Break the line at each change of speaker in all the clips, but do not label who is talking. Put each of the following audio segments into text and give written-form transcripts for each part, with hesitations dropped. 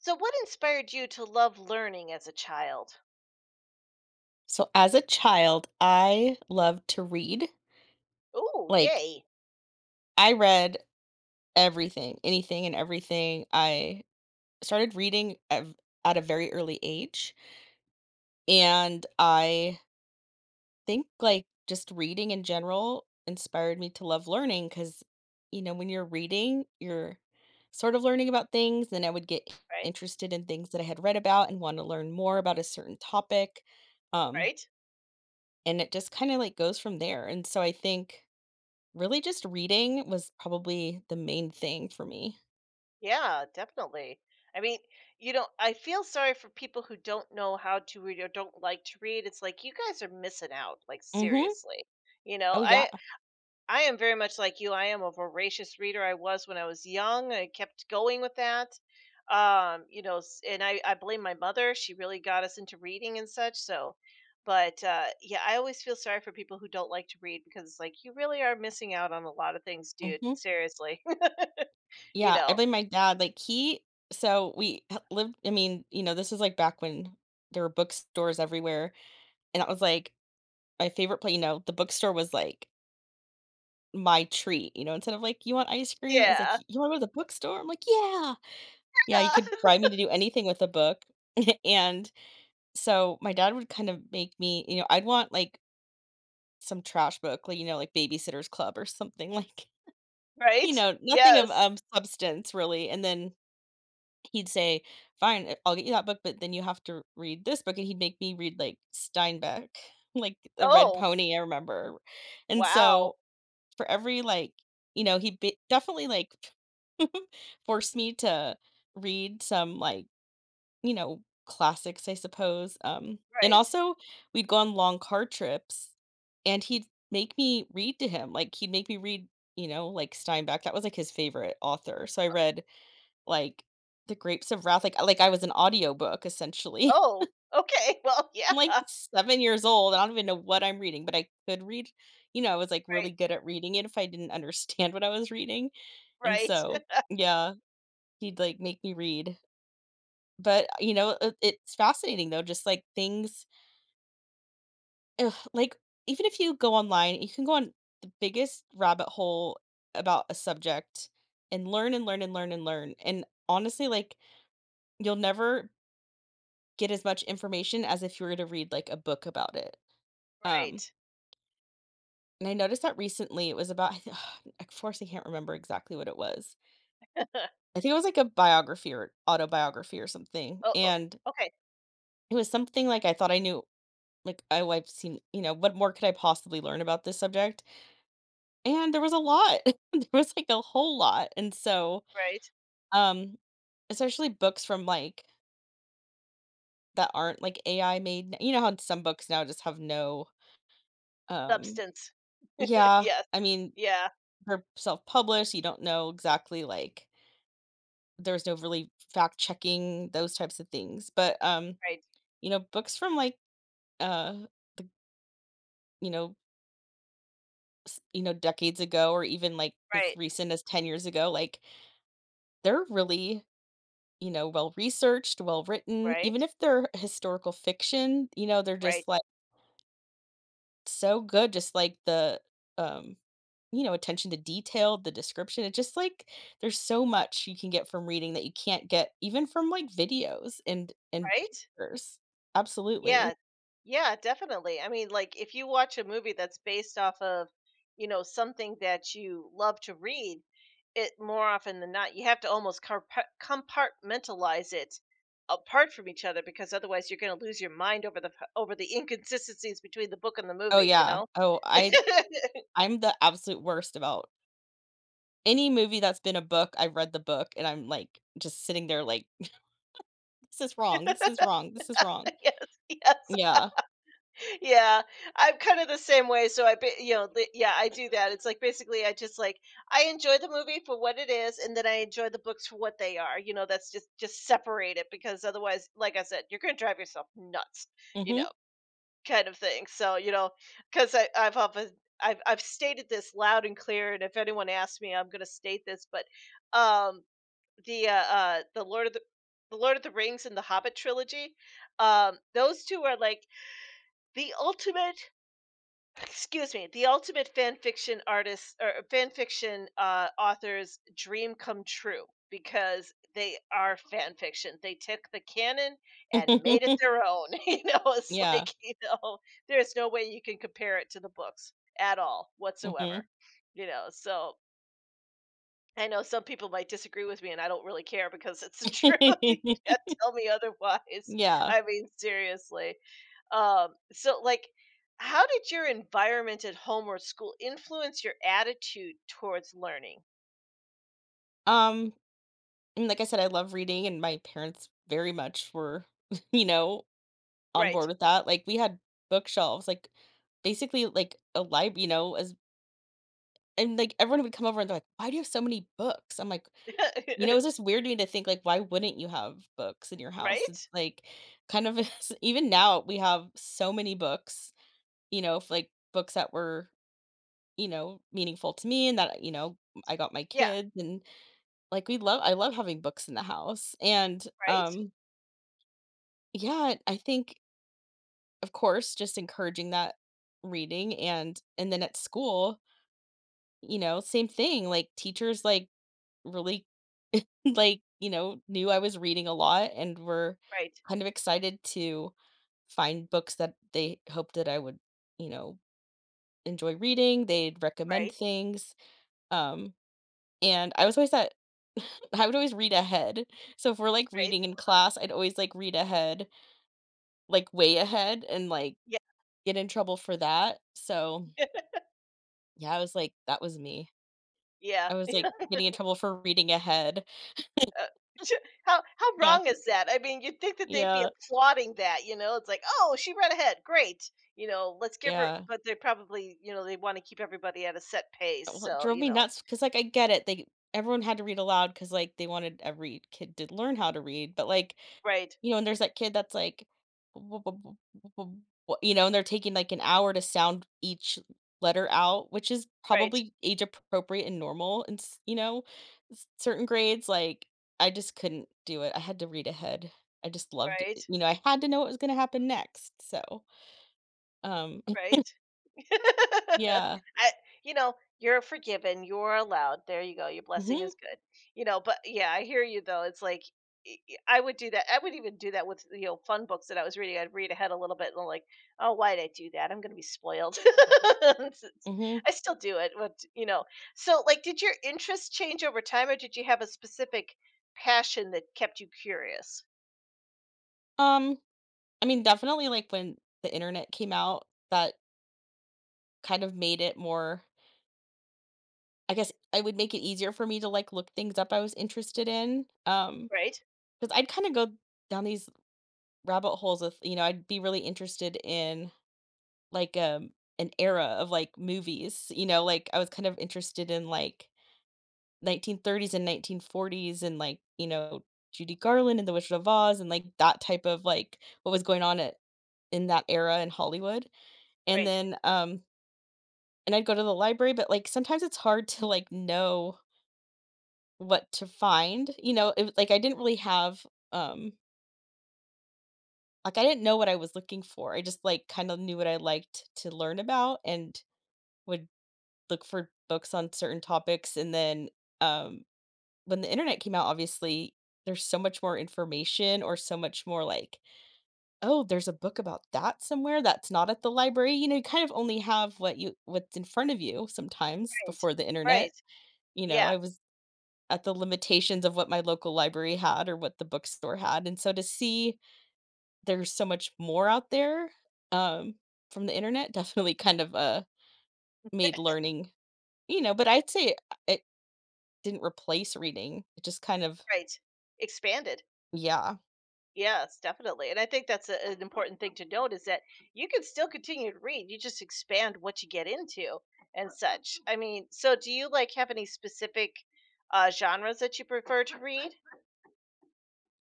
So, what inspired you to love learning as a child?
So as a child, I loved to read.
Oh,
Like
yay.
I read everything, anything and everything. I started reading at, at a very early age, and I think like just reading in general inspired me to love learning cuz you know, when you're reading, you're sort of learning about things, and I would get
Right,
interested in things that I had read about and want to learn more about a certain topic. Um
right.
and it just kind of like goes from there. And so I think really just reading was probably the main thing for me.
Yeah, definitely. I mean, I feel sorry for people who don't know how to read or don't like to read. It's like you guys are missing out, like
Mhm.
seriously. You know,
Oh, yeah.
I I am very much like you. I am a voracious reader. I was when I was young. I kept going with that. And I blame my mother. She really got us into reading and such. So, but yeah, I always feel sorry for people who don't like to read because it's like, you really are missing out on a lot of things, dude.
Mhm.
Seriously. You
Yeah, I
know,
blame my dad, like, he so we h lived, I mean, you know, this is, like, back when there were bookstores everywhere, and that was, like, my favorite pla you know, the bookstore was, like, my treat, you know, instead of, like, "You want ice cream?" I was like,
yeah.
"You wanna go to the bookstore?" I'm like, "Yeah." Yeah, you could bribe me to do anything with a book, and so my dad would kind of make me, you know, I'd want, like, some trash book, like, you know, like, Babysitter's Club or something, like, you
Right?
know, nothing of,
Yes.
substance really, and then he'd say, "Fine, I'll get you that book, but then you have to read this book," and he'd make me read, like, Steinbeck, like, The Red
Oh,
Pony, I remember, and
wow.
so for every, like, you know, he be definitely, like, forced me to read some, like, you know, classics, I suppose, and
Right.
also we'd go on long car trips, and he'd make me read to him, like, he'd make me read, you know, like, Steinbeck, that was, like, his favorite author, so I read, like, The Grapes of Wrath, like I was an audiobook essentially.
Oh, okay. Well, yeah.
I'm, like, 7 years old, I don't even know what I'm reading, but I could read, you know, I was, like, really
Right.
good at reading it if I didn't understand what I was reading, and
Right.
so, yeah, he'd, like, make me read. But, you know, it's fascinating though, just, like, things like, even if you go online, you can go on the biggest rabbit hole about a subject and learn and learn and learn and learn, and honestly, like, you'll never get as much information as if you were to read, like, a book about it. Um,
Right.
and I noticed that recently it was about of course, I can't remember exactly what it was. I think it was, like, a biography or autobiography or something,
Oh, oh,
and
okay.
it was something, like, I thought I knew, like, "Oh, I've seen," you know, "What more could I possibly learn about this subject?" And there was a lot. There was, like, a whole lot, and so,
Right.
um, especially books from, like, that aren't, like, AI made you know how some books now just have no, um
Substance.
Yeah,
Yes.
I mean
Yeah.
they're self-published, you don't know exactly, like, there's no really fact checking those types of things. But
Right.
you know, books from like uh the you know, you know, decades ago or even like as
Right.
recent as 10 years ago, like they're really, you know, well researched, well written, even
Right.
if they're historical fiction, you know, they're
Right.
just like so good, just like the, um, you know, attention to detail, the description, it just like there's so much you can get from reading that you can't get even from, like, videos and
Right.
pictures.
Yeah.
Absolutely.
Yeah, definitely. I mean, like if you watch a movie that's based off of, something that you love to read, it more often than not, you have to almost compartmentalize it apart from each other because otherwise you're going to lose your mind over the inconsistencies between the book and the
Oh,
movie, you
yeah.
know? Yes.
I'm the absolute worst about any movie that's been a book, I've read the book, and I'm, like, just sitting there like, "This is wrong, this is wrong, this is wrong."
Yes.
Yeah.
Yeah, I'm kind of the same way. So I, yeah, I do that. It's like basically I just like I enjoy the movie for what it is, and then I enjoy the books for what they are. You know, that's just separate it because otherwise, like I said, you're gonna drive yourself nuts. You
Mhm.
know, kind of thing. So, because I I've often I've stated this loud and clear, and if anyone asks me, I'm gonna state this. But um, the uh, uh the Lord of the the Lord of the Rings and the Hobbit trilogy, those two are like the ultimate fan fiction artist or fan fiction authors' dream come true because they are fan fiction. They took the canon and made it their own. It's
Yeah.
like, there's no way you can compare it to the books at all whatsoever.
Mhm.
So I know some people might disagree with me, and I don't really care because it's the truth. You can't tell me otherwise.
Yeah.
I mean, seriously. So, like, how did your environment at home or school influence your attitude towards learning?
Um And like I said, I love reading, and my parents very much were, you know, on
Right.
board with that. Like, we had bookshelves, like, basically, like, a library, you know, as and, like, everyone would come over and they're like, "Why do you have so many books?" I'm like, you know, it's just weird to me to think, like, why wouldn't you have books in your house? It's,
Right?
like, kind of even now, we have so many books, you know, f like, books that were, you know, meaningful to me and that, you know, I got my
Yeah.
kids and, like, we love I love having books in the house, and,
Right.
um Yeah, I think, of course, just encouraging that reading and then at school, you know, same thing, like, teachers, like, really, like, you know, knew I was reading a lot and were
Right.
kind of excited to find books that they hoped that I would, you know, enjoy reading, they'd recommend
Right.
things, um, and I was always that I would always read ahead, so if we're, like,
Right.
reading in class, I'd always, like, read ahead, like, way ahead and, like,
Yeah.
get in trouble for that, so, yeah, I was like that was me.
Yeah.
I was, like, getting in trouble for reading ahead.
Uh, ch how
Yeah,
wrong is that? I mean, you'd think that they'd be
yeah,
applauding that, you know? It's like, "Oh, she ran ahead. Great." You know, "Let's give her,"
yeah.
but they probably, you know, they wanna keep everybody at a set pace,
Well, it
so,
drove
you
me
know.
nuts because like, I get it, they everyone had to read aloud because like, they wanted every kid to learn how to read, but, like,
Right,
you know, and there's that kid that's like, "Bu- bu- bu- bu- bu- you know, and they're taking like an hour to sound each letter out, which is
right,
probably age appropriate and normal. And, you know, certain grades, like, I just couldn't do it. I had to read ahead. I just loved
right,
it. You know, I had to know what was going to happen next. So, um,
right. I,
yeah.
you're forgiven. You're allowed. There you go. Your blessing
hmm
is good. But yeah, I hear you though. It's like I would do that. I would even do that with fun books that I was reading. I'd read ahead a little bit and I'm like, oh, why did I do that? I'm going to be spoiled. It's- it's-
hmm
I still do it, but you know. So, like, did your interests change over time, or did you have a specific passion that kept you curious?
Um, I mean, definitely like when the internet came out, that kind of made it more I guess I would make it easier for me to, like, look things up I was interested in,
Right.
because I 'cause I'd kinda go down these rabbit holes of you know, I'd be really interested in, like, an era of, like, movies, you know, like, I was kind of interested in, like, 1930s and 1940s and, like, you know, Judy Garland and The Wizard of Oz and, like, that type of, like, what was going on at in that era in Hollywood, and
Right.
then, and I'd go to the library, but, like, sometimes it's hard to, like, know what to find, you know, it was like I didn't really have, um like I didn't know what I was looking for. I just like kind of knew what I liked to learn about and would look for books on certain topics. And then um when the internet came out, obviously there's so much more information or so much more like, oh, there's a book about that somewhere that's not at the library. You know, you kind of only have what you what's in front of you sometimes
Right.
before the internet.
Right.
You know,
Yeah.
I was at the limitations of what my local library had or what the bookstore had, and so to see there's so much more out there, um, from the internet definitely kind of, made learning, you know, but I'd say it didn't replace reading. It just kind of
Right. Expanded.
yeah.
Yes, definitely, and I think that's a an important thing to note is that you can still continue to read, you just expand what you get into and such. I mean, so do you, like, have any specific, genres that you prefer to read?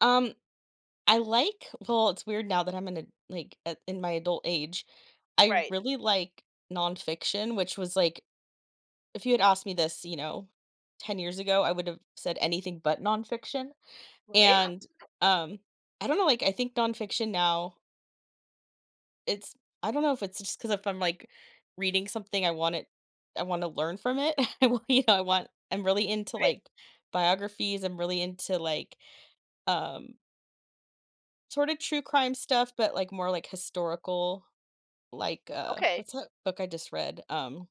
Um, I like, well, it's weird now that I'm in a like, at in my adult age, I
Right,
really like nonfiction, which was like if you had asked me this, you know, 10 years ago, I would have said anything but nonfiction.
right,
And, um, I don't know, like, I think nonfiction now, it's I don't know if it's just because if I'm, like, reading something, I want it I wanna learn from it. I want you know, I want I'm really into,
right,
like, biographies. I'm really into, like, um, sort of true crime stuff, but, like, more, like, historical, like,
okay.
what's that book I just read?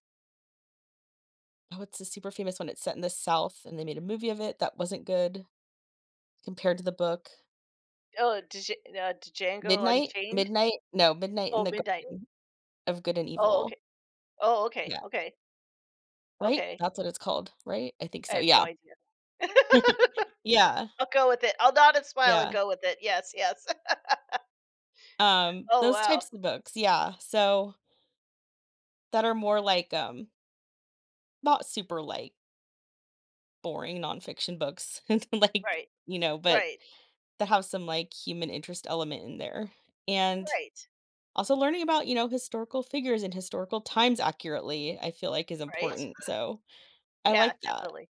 Oh, it's a super famous one. It's set in the South, and they made a movie of it that wasn't good compared to the book.
Oh, Django
Midnight?
Unchained?
Midnight? No, Midnight in
Oh,
the
Midnight.
Garden of Good and
Oh,
Evil.
okay. Oh, okay,
Yeah.
okay,
Right?
okay.
That's what it's called, right? I think
I
so,
have no
yeah.
idea.
Yeah,
I'll go with it. I'll nod and smile and
yeah.
go with it. Yes, yes. Oh,
Those
wow.
types of books, yeah. So, that are more like, not super, like, boring nonfiction books, like,
Right,
you know, but
right,
that have some, like, human interest element in there. And
right,
also learning about, you know, historical figures and historical times accurately, I feel like is
right.
important, so I
Yeah,
like that.
definitely.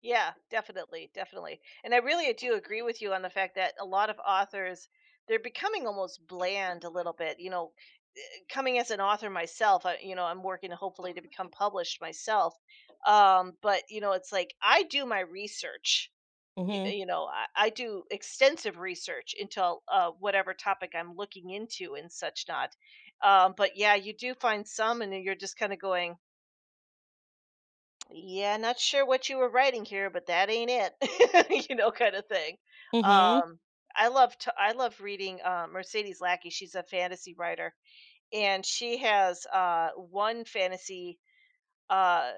Yeah, definitely, definitely. And I really do agree with you on the fact that a lot of authors, they're becoming almost bland a little bit. You know, coming as an author myself, I'm working hopefully to become published myself. But you know, it's like I do my research. You,
Mhm.
you know, I, I do extensive research into whatever topic I'm looking into and such not. But yeah, you do find some, and then you're just kind of going, yeah, not sure what you were writing here, but that ain't it. You know, kind of thing.
Mhm. Mhm.
Um, I love reading Mercedes Lackey. She's a fantasy writer, and she has one fantasy uh,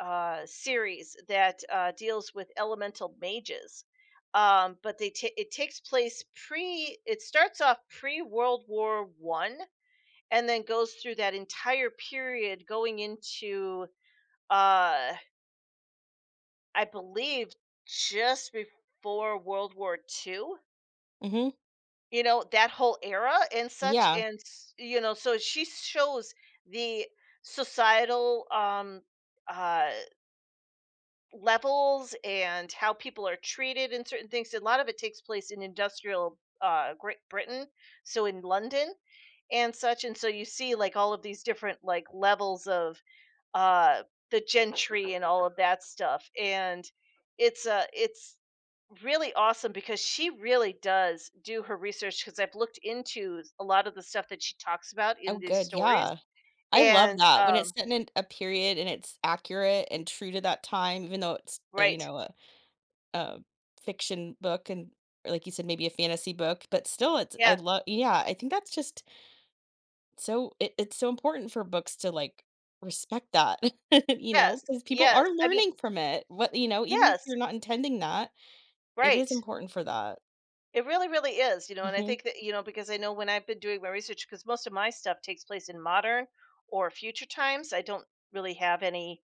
series that deals with elemental mages. But they ta it takes place pre. It starts off pre World War One, and then goes through that entire period going into uh I believe just before World War Two,
Mhm.
you know, that whole era and such,
Yeah.
and so she shows the societal uh levels and how people are treated and certain things. A lot of it takes place in industrial Great Britain, so in London and such, and so you see like all of these different like levels of uh, the gentry and all of that stuff. And it's really awesome because she really does do her research because I've looked into a lot of the stuff that she talks about in
Oh,
these
good,
stories.
yeah. I love
And
that, when it's set in a period and it's accurate and true to that time, even though it's, you
right,
know, a fiction book and or like you said, maybe a fantasy book, but still it's I
yeah,
love yeah, I think that's just so it's so important for books to, like, respect that, you know,
yes,
because people
yes.
are
I mean,
learning from it, what you know, even if
yes,
you're not intending that, it
right.
is important for that.
It really, really is, you know. And I
Mhm,
think that because I know when I've been doing my research because most of my stuff takes place in modern or future times. I don't really have any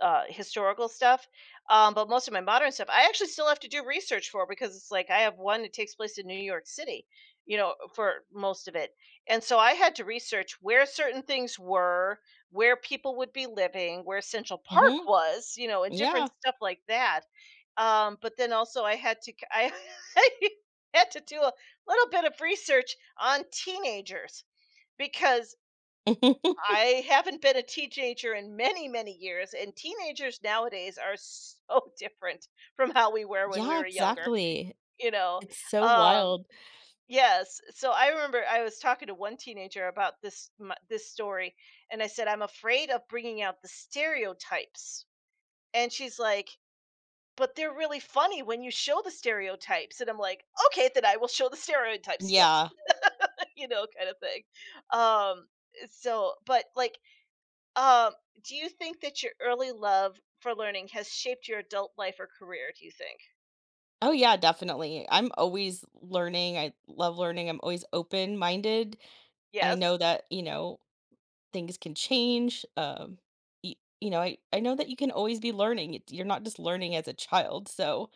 historical stuff, but most of my modern stuff I actually still have to do research for because it's like I have one that takes place in New York City, you know, for most of it, and so I had to research where certain things were, where people would be living, where Central Park
mhm,
was, you know, and different
yeah.
stuff like that. But then also I had to I I had to do a little bit of research on teenagers because I haven't been a teenager in many, many years, and teenagers nowadays are so different from how we were when we
Yeah,
were younger,
exactly.
you know?
It's so
Um,
wild.
yes. So I remember I was talking to one teenager about this story, and I said, "I'm afraid of bringing out the stereotypes." And she's like, "But they're really funny when you show the stereotypes." And I'm like, "Okay, then I will show the stereotypes." Yes,
Yeah.
you know, kind of thing. Um, so, but like, um, do you think that your early love for learning has shaped your adult life or career, do you think?
Oh, yeah, definitely. I'm always learning. I love learning. I'm always open-minded. I
Yes.
know that, you know, things can change. Y you know, I know that you can always be learning. It you're not just learning as a child, so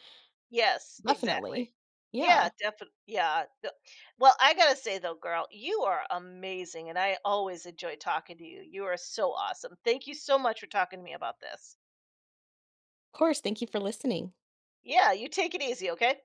Yes, exactly.
definitely.
Yeah,
Yeah.
definitely. Yeah. Well, I got to say though, girl, you are amazing and I always enjoy talking to you. You are so awesome. Thank you so much for talking to me about this.
Of course, thank you for listening.
Yeah, you take it easy, okay?